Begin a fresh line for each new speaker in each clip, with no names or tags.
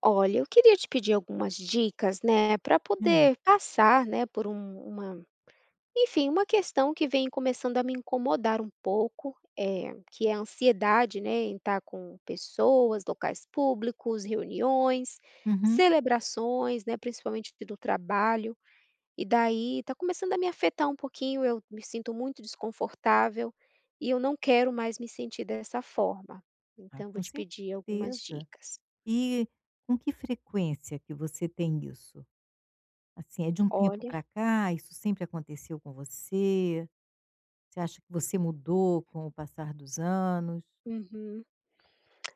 Olha, eu queria te pedir algumas dicas, né, para
Hum.
poder passar, né, por uma questão que vem começando a me incomodar um pouco, que é a ansiedade, né, em estar com pessoas, locais públicos, reuniões,
Uhum.
celebrações, né, principalmente do trabalho, e daí está começando a me afetar um pouquinho, eu me sinto muito desconfortável e eu não quero mais me sentir dessa forma.
Ah,
Então vou
com
te pedir algumas
certeza.
dicas.
E com que frequência que você tem isso? Assim, é de um tempo
Olha,
para cá? Isso sempre aconteceu com você? Você acha que você mudou com o passar dos anos?
uhum.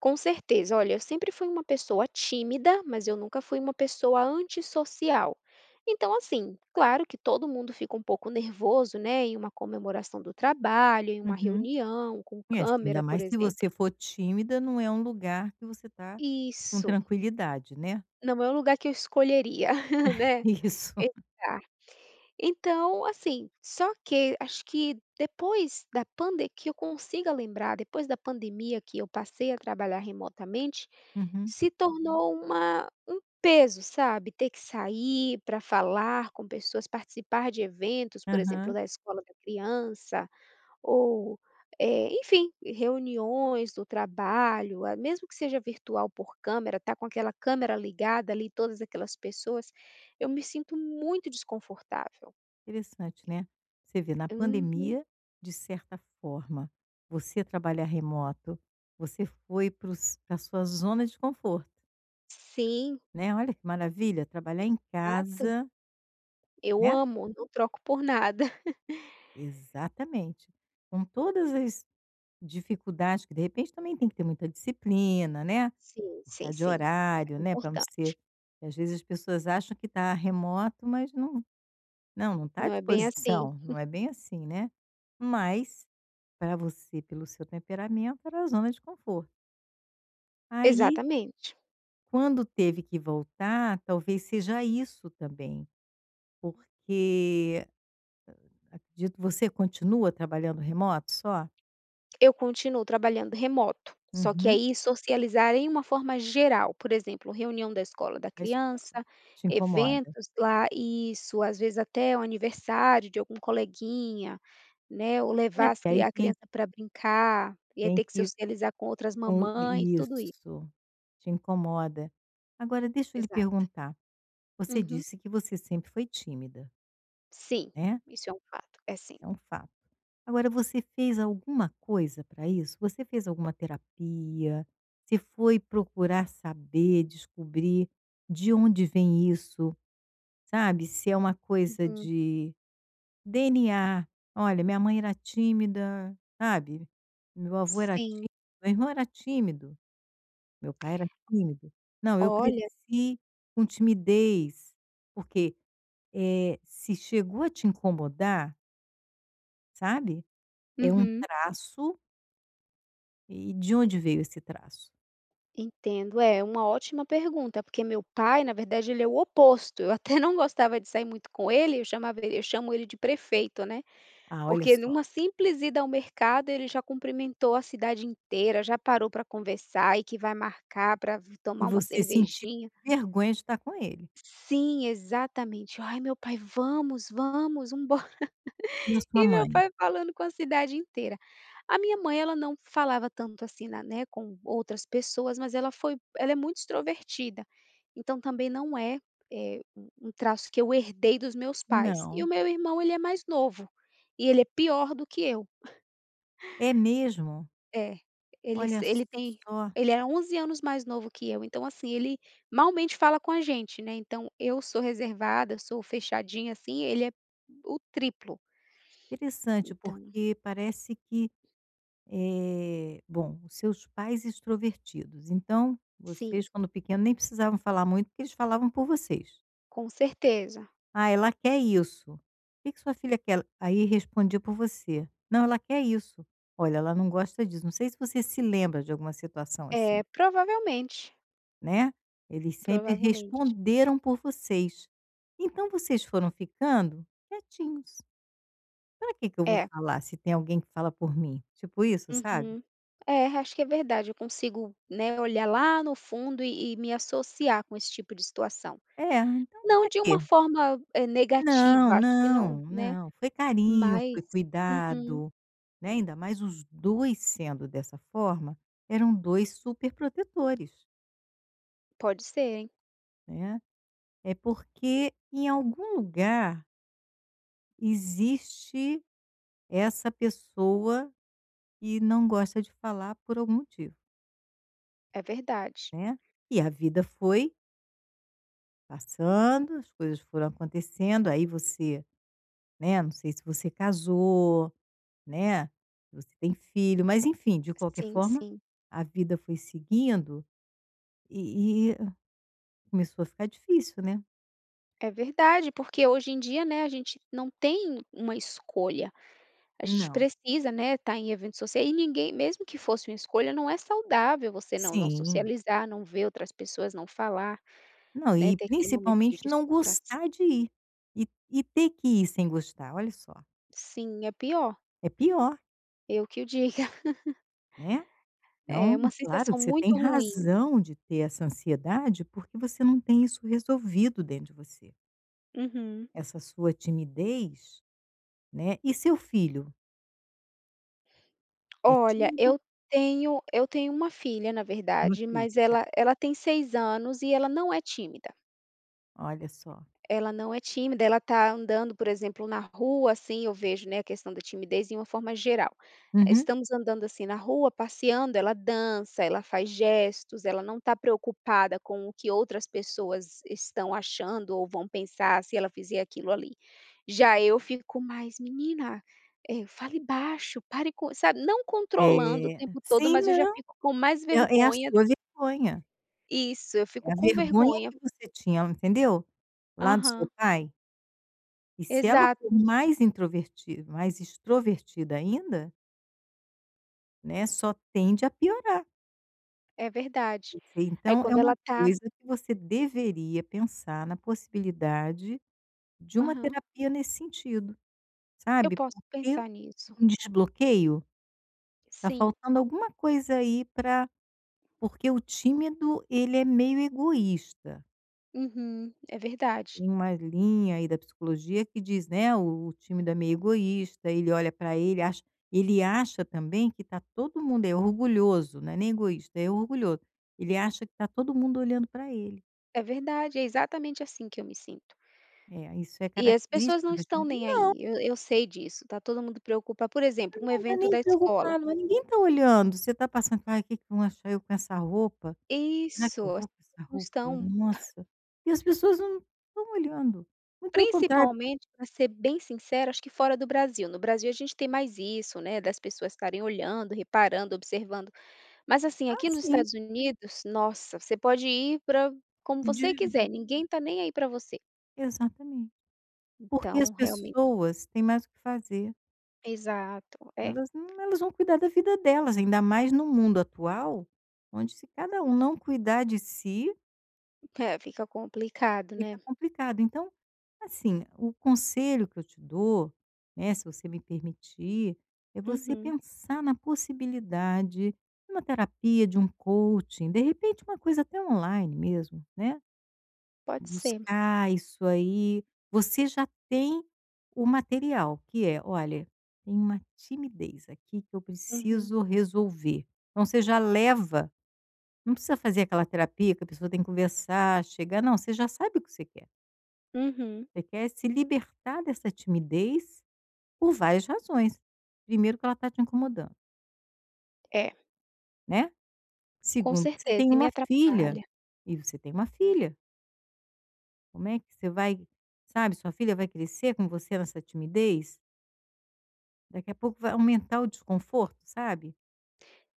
Com certeza. Olha, eu sempre fui uma pessoa tímida, mas eu nunca fui uma pessoa antissocial. Então, assim, claro que todo mundo fica um pouco nervoso, né, em uma comemoração do trabalho, em uma
Uhum.
reunião com
É, assim,
câmera,
ainda
por
mais se
exemplo.
você for tímida, não é um lugar que você está com
Isso.
tranquilidade, né.
Não é um lugar que eu escolheria, né.
Isso.
Exato. Então, assim, só que acho que depois da pandemia que eu consiga lembrar, depois da pandemia que eu passei a trabalhar remotamente,
Uhum.
se, uhum, tornou uma um peso, sabe, ter que sair para falar com pessoas, participar de eventos, por exemplo,
Aham.
da escola da criança ou, enfim, reuniões do trabalho, ah, mesmo que seja virtual por câmera, tá com aquela câmera ligada ali, todas aquelas pessoas, eu me sinto muito desconfortável.
Interessante, né. Você vê, na
Uhum.
pandemia, de certa forma, você trabalhar remoto, você foi para os sua zona de conforto,
Sim,
né. Olha que maravilha, trabalhar em
exato.
casa,
Eu
né.
amo, não troco por nada.
Exatamente. Com todas as dificuldades que, de repente, também tem que ter muita disciplina, né,
Sim,
por
sim,
causa de
sim,
horário,
é
né, para não
importante.
ser às vezes as pessoas acham que está remoto, mas não, não está à
Não é bem assim,
disposição, não é bem assim, né. Mas para você, pelo seu temperamento, era a zona de conforto. Aí,
exatamente.
quando teve que voltar, talvez seja isso também, porque acredito você continua trabalhando remoto só?
Eu continuo trabalhando remoto, só que
Uhum.
aí socializar em uma forma geral, por exemplo, reunião da escola da
Da escola,
criança,
te incomoda.
eventos lá isso, às vezes até o aniversário de algum coleguinha, né, ou
É,
levar as
porque
cri
aí
a criança para brincar, e aí
tem
ter que
que ir
socializar com outras
com
mamães, tudo isso.
isso, te incomoda. Agora deixa eu lhe
Exato.
perguntar, você
Uhum.
disse que você sempre foi tímida,
Sim,
né?
isso é um fato, é sim.
Isso é um fato. Agora você fez alguma coisa para isso? Você fez alguma terapia? Você foi procurar saber, descobrir de onde vem isso, sabe? Se é uma coisa
Uhum,
de DNA. Olha, minha mãe era tímida, sabe? Meu avô era
sim.
tímido, meu irmão era tímido, meu pai era tímido. Não, eu
Olha.
cresci com timidez, porque se chegou a te incomodar, sabe? É um
Uhum,
traço. E de onde veio esse traço?
entendo. É uma ótima pergunta, porque meu pai, na verdade, ele é o oposto. Eu até não gostava de sair muito com ele, eu chamo ele de prefeito, né,
Ah, olha
porque
só.
numa simples ida ao mercado, ele já cumprimentou a cidade inteira, já parou para conversar e que vai marcar para
E
tomar uma
você sentia
cervejinha.
vergonha de estar com ele.
Sim, exatamente. "Ai, meu pai, vamos, vamos, um"
E a sua
E meu
mãe?
pai falando com a cidade inteira. A minha mãe, ela não falava tanto assim na né, com outras pessoas, mas ela é muito extrovertida, então também não é, um traço que eu herdei dos meus pais. E
Não.
o meu irmão, ele é mais novo, e ele é pior do que eu.
É mesmo?
É, ele
Olha
se ele tem
só,
ele é 11 anos mais novo que eu, então assim, ele malmente fala com a gente, né, então eu sou reservada, sou fechadinha assim, ele é o triplo.
interessante,
Então
porque parece que, bom, os seus pais extrovertidos, então
sim,
vocês, quando pequenos, nem precisavam falar muito, porque eles falavam por vocês.
com certeza.
"Ah, ela quer isso. O que que sua filha quer?" Aí respondia por você. "Não, ela quer isso. Olha, ela não gosta disso." Não sei se você se lembra de alguma situação assim.
É, provavelmente,
Né, eles sempre
provavelmente.
responderam por vocês. Então vocês foram ficando quietinhos. Para que que eu vou
É,
falar se tem alguém que fala por mim?" Tipo isso, sabe?
uhum. É, acho que é verdade, eu consigo, né, olhar lá no fundo e me associar com esse tipo de situação.
É, então
Não
para
de
quê?
uma forma,
Não,
negativa, acho que não,
não,
né,
não. Foi carinho,
mas
foi
uhum,
cuidado, né, ainda mais os 2 sendo dessa forma, eram dois super protetores,
pode ser, hein,
né. É porque em algum lugar existe essa pessoa e não gosta de falar por algum motivo,
é verdade.
né. E a vida foi passando, as coisas foram acontecendo, aí você, né, não sei se você casou, né, se você tem filho, mas enfim, de qualquer
Sim,
forma,
sim,
a vida foi seguindo e começou a ficar difícil, né.
é verdade, porque hoje em dia, né, a gente não tem uma escolha. A gente
Não.
precisa, né, estar em eventos sociais e ninguém mesmo que fosse uma escolha, não é saudável você não
Sim.
socializar, não ver outras pessoas, não falar,
Não,
né,
e
ter aquele momento de
principalmente não
descontração.
gostar de ir. E ter que ir sem gostar, olha só,
Sim, é pior,
é pior,
eu que o diga.
né.
É
Então,
uma
claro
sensação
que você tem
muito ruim.
razão de ter essa ansiedade, porque você não tem isso resolvido dentro de você.
Uhum.
Essa sua timidez, né. E seu filho, é
Olha,
tímido?
eu tenho uma filha, na
Uma
verdade, mas
filha, tá.
ela tem 6 anos e ela não é tímida.
Olha só.
Ela não é tímida, ela está andando, por exemplo, na rua, assim, eu vejo, né, a questão da timidez em uma forma geral. Eh,
Uhum.
estamos andando, assim, na rua, passeando, ela dança, ela faz gestos, ela não está preocupada com o que outras pessoas estão achando ou vão pensar se ela fizer aquilo ali. Já eu fico mais: "Menina, fale baixo, pare com", sabe, não controlando o tempo todo,
Sim,
mas eu já
não,
fico com mais
é a
vergonha.
sua vergonha.
Isso, eu
É
fico
a
com
vergonha
vergonha.
que você tinha, entendeu? Lá do seu
Aham,
pai. E se ela
exato.
for mais introvertida, mais extrovertida ainda, né, só tende a piorar.
É verdade.
Você
Aí,
então é
quando
uma
ela tá,
coisa que você deveria pensar na possibilidade de uma
aham.
terapia nesse sentido,
Eu
sabe,
posso
porque
pensar nisso.
um desbloqueio, tá
Sim.
faltando alguma coisa aí para porque o tímido ele é meio egoísta,
Uhum. É verdade.
tem uma linha aí da psicologia que diz, né, o tímido é meio egoísta, ele olha para ele acha também que tá todo mundo é orgulhoso, não é nem egoísta, é orgulhoso, ele acha que tá todo mundo olhando para ele.
É verdade, é exatamente assim que eu me sinto.
É, isso é
E as pessoas
característica
não
da
estão
gente
nem aí, eu sei disso, tá todo mundo preocupado. Por exemplo, um
não dá
evento
nem
da escola.
preocupado, mas ninguém está olhando, você está passando: "Ai, o que que vão achar eu com essa roupa?
Isso,
Será que eu
as
vou com essa
pessoas não
roupa?
estão.
Nossa". E as pessoas não estão olhando, muito pelo contrário.
Principalmente, para ser bem sincera, acho que fora do Brasil. No Brasil a gente tem mais isso, né, das pessoas estarem olhando, reparando, observando. Mas assim,
Ah,
aqui nos
sim,
Estados Unidos, nossa, você pode ir para como você
de
quiser, ninguém tá nem aí para você.
exatamente. Porque as
Então, realmente,
pessoas têm mais o que fazer,
exato, é,
elas não elas vão cuidar da vida delas, ainda mais no mundo atual, onde se cada um não cuidar de si.
é, fica complicado,
Fica
né.
complicado. Então, assim, o conselho que eu te dou, né, se você me permitir, é você
Uhum,
pensar na possibilidade de uma terapia, de um coaching, de repente uma coisa até online mesmo, né?
pode ser.
Buscar isso aí. Você já tem o material, que é, olha, tem uma timidez aqui que eu
Uhum,
preciso resolver. Então você já leva, não precisa fazer aquela terapia que a pessoa tem que conversar, chegar, não, você já sabe o que você quer.
uhum,
Você quer se libertar dessa timidez por várias razões. Primeiro que ela está te incomodando,
é,
né.
com
Segundo que você
certeza,
tem
e me
uma filha,
atrapalha.
e você tem uma filha, como é que você vai sabe, sua filha vai crescer com você nessa timidez? Daqui a pouco vai aumentar o desconforto, sabe.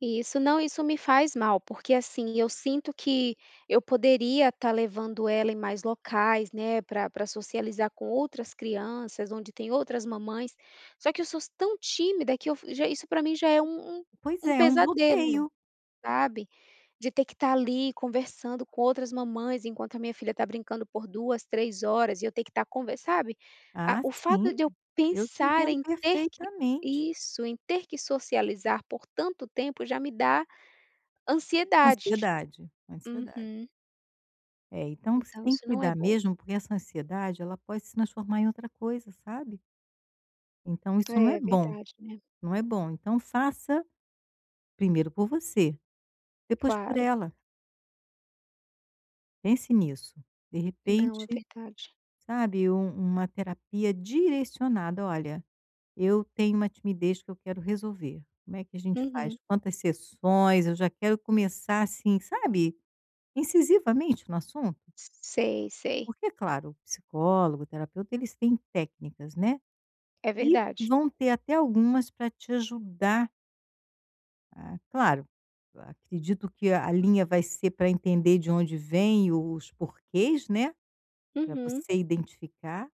Isso. Não, isso me faz mal, porque assim, eu sinto que eu poderia estar levando ela em mais locais, né, para pra socializar com outras crianças, onde tem outras mamães, só que eu sou tão tímida que eu f já isso para mim já é um um
Pois
um
é, é um
pesadelo.
bloqueio.
Sabe? De ter que estar ali conversando com outras mamães enquanto a minha filha está brincando por 2 3 horas e eu ter que estar conversando sabe? A
Ah,
o
sim,
fato de eu
eu te
pensar
entendo
em ter que.
perfeitamente.
Isso, em ter que socializar por tanto tempo já me dá ansiedade.
Ansiedade, ansiedade.
Uhum.
É, então você
Então
tem que
isso não é
cuidar
bom.
mesmo, porque essa ansiedade, ela pode se transformar em outra coisa, sabe. Então isso não é
É
bom.
verdade, né.
Não é bom. Então faça primeiro por você, depois por
Claro.
ela. Pense nisso. De
Não, é
repente,
verdade.
sabe, uma terapia direcionada. Olha, eu tenho uma timidez que eu quero resolver. Como é que a gente faz?
Uhum.
Quantas sessões? Eu já quero começar assim, sabe, incisivamente no assunto.
Sei, sei.
Porque, claro, o psicólogo, o terapeuta, eles têm técnicas, né?
É
E
verdade.
vão ter até algumas para te ajudar. Ah, claro, acredito que a linha vai ser para entender de onde vem os porquês, né. Para
Uhum.
você identificar,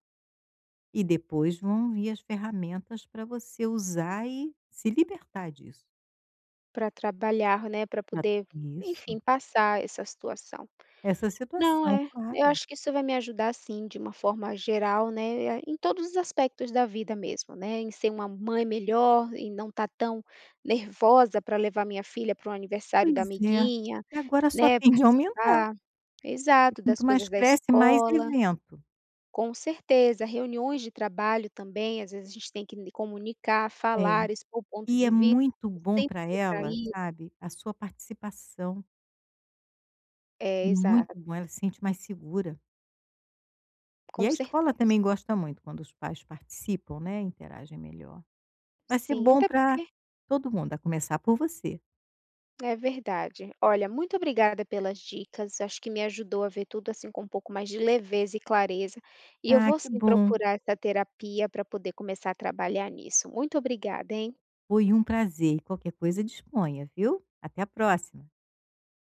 e depois vão vir as ferramentas para você usar e se libertar disso.
Pra trabalhar, né, para
Ah,
poder,
isso.
enfim, passar essa situação.
Essa
Não,
situação,
é. Eu
claro.
acho que isso vai me ajudar sim, de uma forma geral, né, em todos os aspectos da vida mesmo, né, em ser uma mãe melhor, em não estar tão nervosa para levar minha filha para o aniversário
Pois
da
é.
amiguinha,
E agora só
né,
tende a aumentar,
participar,
porque
exato,
quanto
das
mais
coisas da
cresce, mais
escola.
evento.
Com certeza, reuniões de trabalho também, às vezes a gente tem que comunicar,
É.
falar, expor o ponto
E é
de vista,
muito bom
sempre
para ela,
retraída.
sabe, a sua participação. É
É, exato,
muito bom, ela se sente mais segura. E
com
a escola
certeza,
também gosta muito quando os pais participam, né, interagem melhor. Vai ser
sim,
bom
até
para
porque
todo mundo, a começar por você.
é verdade. Olha, muito obrigada pelas dicas. Acho que me ajudou a ver tudo assim com um pouco mais de leveza e clareza. E eu
Ah,
vou
que
sim
bom,
procurar essa terapia para poder começar a trabalhar nisso. Muito obrigada, hein?
foi um prazer e qualquer coisa disponha, viu. Até a próxima.